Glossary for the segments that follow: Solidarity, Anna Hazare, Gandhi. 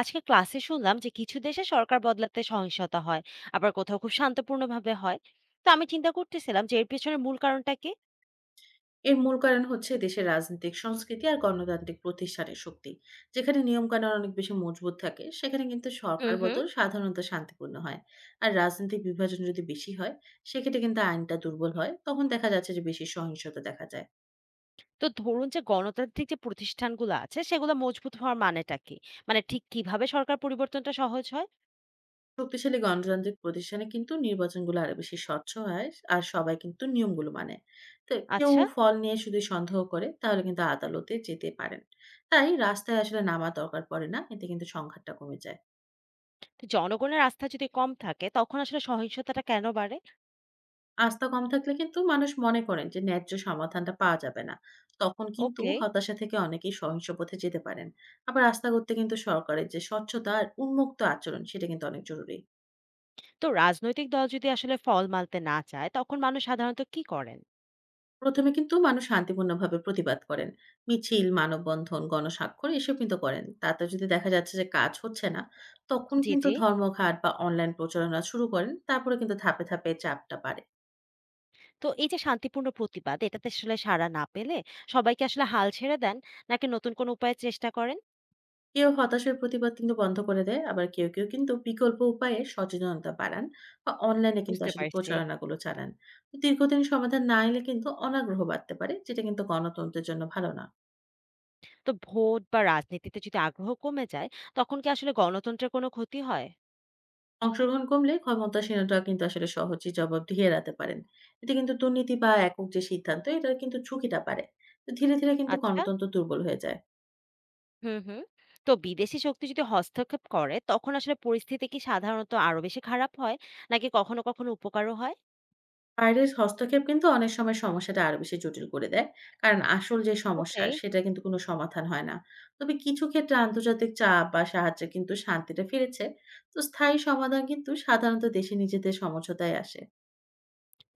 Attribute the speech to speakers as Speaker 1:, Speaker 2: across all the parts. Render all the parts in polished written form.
Speaker 1: আজকে ক্লাসে শুনলাম যে কিছু দেশে সরকার বদলাতে সহিংসতা হয়, আবার কোথাও খুব শান্তপূর্ণভাবে হয়। তো আমি চিন্তা করতেছিলাম যে এর পেছনে মূল কারণটা কি?
Speaker 2: এর মূল কারণ হচ্ছে দেশের রাজনৈতিক সংস্কৃতি আর গণতান্ত্রিক প্রতিষ্ঠানের শক্তি। যেখানে নিয়মকানুন অনেক বেশি মজবুত থাকে সেখানে কিন্তু সরকার
Speaker 1: হুম হুম
Speaker 2: বদল সাধারণত শান্তিপূর্ণ হয়। আর রাজনৈতিক বিভাজন যদি বেশি হয়, সেক্ষেত্রে কিন্তু আইনটা দুর্বল হয়, তখন দেখা যাচ্ছে যে বেশি সহিংসতা দেখা যায়।
Speaker 1: তো ধরুন যে গণতান্ত্রিক যে প্রতিষ্ঠানগুলো আছে সেগুলো মজবুত হওয়ার মানেটা কি? মানে ঠিক কিভাবে সরকার পরিবর্তনটা সহজ হয়?
Speaker 2: শক্তিশালী গণতান্ত্রিক প্রতিষ্ঠানে কিন্তু নির্বাচনগুলো আরো বেশি স্বচ্ছ হয়। আর সবাই কিন্তু নিয়মগুলো মানে। তো কেউ
Speaker 1: আচ্ছা।
Speaker 2: ফল নিয়ে শুধু সন্দেহ করে, তাহলে কিন্তু আদালতে যেতে পারেন। তাই রাস্তায় আসলে নামা দরকার পড়ে না, এতে কিন্তু সংঘাতটা কমে যায়।
Speaker 1: তো জনগণের আস্থা যদি কম থাকে তখন আসলে সহিংসতাটা কেন বাড়ে?
Speaker 2: আস্থা কম থাকলে কিন্তু মানুষ মনে করেন যে ন্যায্য সমাধানটা পাওয়া যাবে না। তখন কিন্তু
Speaker 1: ওকে।
Speaker 2: হতাশা থেকে অনেকেই সহিংস পথে যেতে পারেন। আবার আস্থা করতে কিন্তু সরকারের যে স্বচ্ছতা আর উন্মুক্ত আচরণ, সেটা কিন্তু অনেক জরুরি।
Speaker 1: তো রাজনৈতিক দল যদি আসলে ফল মানতে না চায় তখন মানুষ সাধারণত কি করেন?
Speaker 2: প্রথমে কিন্তু মানুষ শান্তিপূর্ণভাবে প্রতিবাদ করেন। মিছিল, মানববন্ধন, গণস্বাক্ষর এসব কিন্তু করেন। তাতে যদি দেখা যাচ্ছে যে কাজ হচ্ছে না, তখন
Speaker 1: জি
Speaker 2: কিন্তু
Speaker 1: জি।
Speaker 2: ধর্মঘাট বা অনলাইন প্রচারণা শুরু করেন। তারপরে কিন্তু ধাপে, ধাপে চাপটা বাড়ে।
Speaker 1: তো এই যে শান্তিপূর্ণ প্রতিবাদ এটাতে আসলে সাড়া না পেলে সবাই কি আসলে হাল ছেড়ে দেন, নাকি নতুন কোনো উপায়ে চেষ্টা করেন?
Speaker 2: কেউ হতাশার প্রতিবাদ কিন্তু বন্ধ করে দেয়, আবার কেউ কেউ কিন্তু বিকল্প উপায়ে সচেতনতা বাড়ান বা অনলাইনে কিন্তু
Speaker 1: বুঝতে
Speaker 2: আসলে
Speaker 1: পারছি।
Speaker 2: প্রচারণাগুলো চালান। তো দীর্ঘদিন সমাধান না এলে কিন্তু অনাগ্রহ বাড়তে পারে, যেটা কিন্তু গণতন্ত্রের জন্য ভালো না।
Speaker 1: তো ভোট বা রাজনীতিতে যদি আগ্রহ কমে যায় তখন কি আসলে গণতন্ত্রের কোনো ক্ষতি হয়?
Speaker 2: অংশগ্রহণ কমলে ক্ষমতাসীনতা কিন্তু আসলে সহজেই জবাবদিহি এড়াতে পারেন। এতে কিন্তু দুর্নীতি বা একক যে সিদ্ধান্ত, এটা কিন্তু ঝুঁকিটা বাড়ে। তো ধীরে ধীরে কিন্তু
Speaker 1: আচ্ছা।
Speaker 2: গণতন্ত্র দুর্বল হয়ে যায়।
Speaker 1: হুম, হুম। তো বিদেশি শক্তি যদি হস্তক্ষেপ করে তখন আসলে পরিস্থিতি কি সাধারণত আরো বেশি খারাপ হয়, নাকি কখনো, কখনো উপকারও হয়?
Speaker 2: বাইরের হস্তক্ষেপ কিন্তু অনেক সময় সমস্যাটা আরো বেশি জটিল করে দেয়। কারণ আসল যে সমস্যা,
Speaker 1: ওকে,
Speaker 2: সেটা কিন্তু কোনো সমাধান হয় না। তবে কিছু ক্ষেত্রে আন্তর্জাতিক চাপ বা সাহায্যে কিন্তু শান্তিটা ফিরেছে। তো স্থায়ী সমাধান কিন্তু সাধারণত দেশে নিজেদের সমঝোতায় আসে।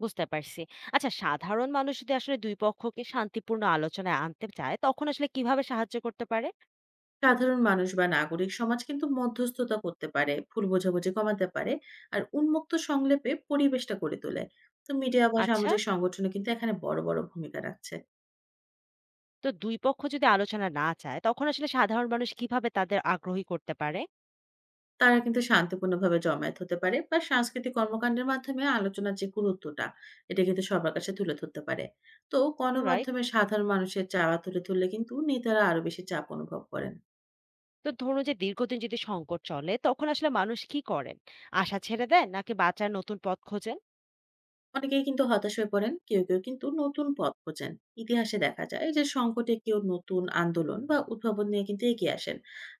Speaker 1: বুঝতে পারছি। আচ্ছা, সাধারণ মানুষ যদি আসলে ২ পক্ষকে শান্তিপূর্ণ আলোচনায় আনতে চায় তখন আসলে কিভাবে সাহায্য করতে পারে?
Speaker 2: সাধারণ মানুষ বা নাগরিক সমাজ কিন্তু মধ্যস্থতা করতে পারে, ভুল বোঝাবুঝি কমাতে পারে, আর উন্মুক্ত সংলাপে পরিবেশটা গড়ে তোলে। তো মিডিয়া বা
Speaker 1: আচ্ছা।
Speaker 2: সামাজিক সংগঠনও কিন্তু এখানে বড়, বড় ভূমিকা রাখছে।
Speaker 1: তো ২ পক্ষ যদি আলোচনা না চায়, তখন আসলে সাধারণ মানুষ কিভাবে তাদের আগ্রহী করতে পারে?
Speaker 2: তারা কিন্তু শান্তিপূর্ণভাবে জমায়েত হতে পারে বা সাংস্কৃতিক কর্মকাণ্ডের মাধ্যমে আলোচনার যে গুরুত্বটা, এটা কিন্তু সবার কাছে তুলে ধরতে পারে। তো
Speaker 1: অলরাইট।
Speaker 2: গণমাধ্যমে সাধারণ মানুষের চাওয়া তুলে ধরলে কিন্তু নেতারা আরো বেশি চাপ অনুভব করেন।
Speaker 1: তো ধরুন যে দীর্ঘদিন যদি সংকট চলে, তখন আসলে মানুষ কি করেন? আশা ছেড়ে দেন নাকি বাঁচার নতুন পথ খোঁজেন?
Speaker 2: অনেকেই কিন্তু হতাশ হয়ে পড়েন, কেউ কেউ কিন্তু নতুন পথ খোঁজেন। ইতিহাসে দেখা যায় যে সংকটে কেউ নতুন আন্দোলন বা উদ্ভাবন নিয়ে কিন্তু এগিয়ে আসেন।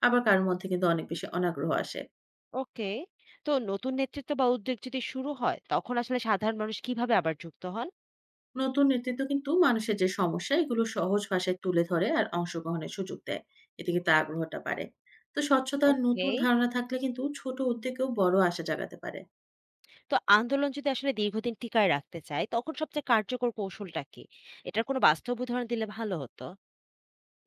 Speaker 2: আবার কারোর মধ্যে কিন্তু অনেক বেশি অনাগ্রহ আসে।
Speaker 1: ওকে। তো নতুন নেতৃত্ব বা উদ্যোগ যদি শুরু হয়, তখন আসলে সাধারণ মানুষ কিভাবে আবার যুক্ত হন?
Speaker 2: নতুন নেতৃত্ব কিন্তু মানুষের যে সমস্যা, এগুলো সহজ ভাষায় তুলে ধরে আর অংশগ্রহণের সুযোগ দেয়। এতে কিন্তু আগ্রহটা বাড়ে। তো স্বচ্ছতার
Speaker 1: ওকে।
Speaker 2: নতুন ধারণা থাকলে কিন্তু ছোট উদ্যোগেও বড় আশা জাগাতে পারে।
Speaker 1: তো আন্দোলন যদি আসলে দীর্ঘদিন টিকায় রাখতে চায়, তখন সবচেয়ে কার্যকর কৌশলটা কি? এটার কোনো বাস্তব উদাহরণ দিলে ভালো হতো।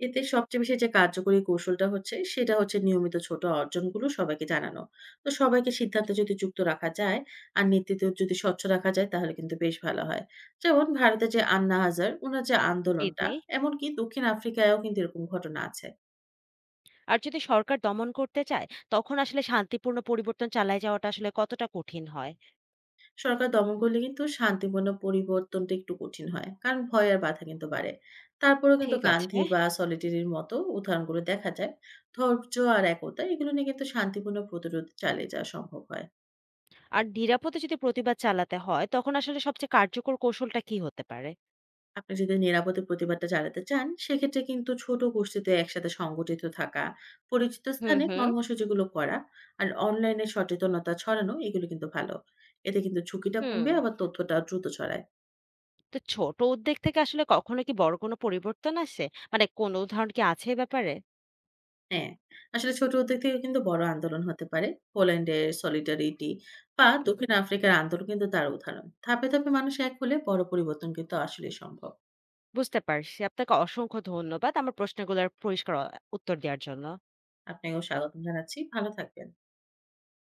Speaker 2: এতে সবচেয়ে বেশি যে কার্যকরী কৌশলটা হচ্ছে, সেটা হচ্ছে নিয়মিত ছোট অর্জনগুলো সবাইকে জানানো। তো সবাইকে সিদ্ধান্তে যদি যুক্ত রাখা যায় আর নেতৃত্ব যদি স্বচ্ছ রাখা যায়, তাহলে কিন্তু বেশ ভালো হয়। যেমন ভারতে যে আন্না হাজার ওনার যে
Speaker 1: জি,
Speaker 2: আন্দোলনটা,
Speaker 1: জি।
Speaker 2: এমনকি দক্ষিণ আফ্রিকায়ও কিন্তু এরকম ঘটনা আছে।
Speaker 1: আর যদি সরকার দমন করতে চায়, তখন আসলে শান্তিপূর্ণ পরিবর্তন চালায় যাওয়াটা আসলে কতটা কঠিন হয়?
Speaker 2: সরকার দমন করলে কিন্তু শান্তিপূর্ণ পরিবর্তনটা একটু কঠিন হয়। কারণ ভয় আর বাধা কিন্তু বাড়ে। তারপরেও কিন্তু
Speaker 1: ঠিক আছে।
Speaker 2: গান্ধী বা সলিটারির মতো উদাহরণগুলো দেখা যায়। ধৈর্য আর একতা, এগুলো নিয়ে কিন্তু শান্তিপূর্ণ প্রতিরোধ চালিয়ে যাওয়া সম্ভব হয়।
Speaker 1: আর নিরাপদে যদি প্রতিবাদ চালাতে হয়, তখন আসলে সবচেয়ে কার্যকর কৌশলটা কি হতে পারে?
Speaker 2: আপনি যদি নিরাপদে প্রতিবাদটা চালাতে চান, সেক্ষেত্রে কিন্তু ছোট গোষ্ঠীতে একসাথে সংগঠিত থাকা, পরিচিত
Speaker 1: হুম
Speaker 2: স্থানে
Speaker 1: হুম
Speaker 2: কর্মসূচিগুলো করা আর অনলাইনে সচেতনতা ছড়ানো, এগুলো কিন্তু ভালো। এতে কিন্তু ঝুঁকিটা
Speaker 1: হুম
Speaker 2: কমবে, আবার তথ্যটা দ্রুত ছড়ায়।
Speaker 1: তো ছোট উদ্যোগ থেকে আসলে কখনো কি বড় কোনো পরিবর্তন আসে? মানে কোন উদাহরণ কি আছে এ ব্যাপারে?
Speaker 2: হ্যাঁ, আসলে ছোট উদ্যোগ থেকে কিন্তু বড় আন্দোলন হতে পারে। পোল্যান্ডের সলিডারিটি বা দক্ষিণ আফ্রিকার আন্দোলন কিন্তু তার উদাহরণ। ধাপে, ধাপে মানুষ এক হলে বড় পরিবর্তন কিন্তু আসলেই সম্ভব।
Speaker 1: বুঝতে পারছি। আপনাকে অসংখ্য ধন্যবাদ আমার প্রশ্নগুলোর পরিষ্কার উত্তর দেওয়ার জন্য।
Speaker 2: আপনাকেও স্বাগতম জানাচ্ছি। ভালো থাকবেন।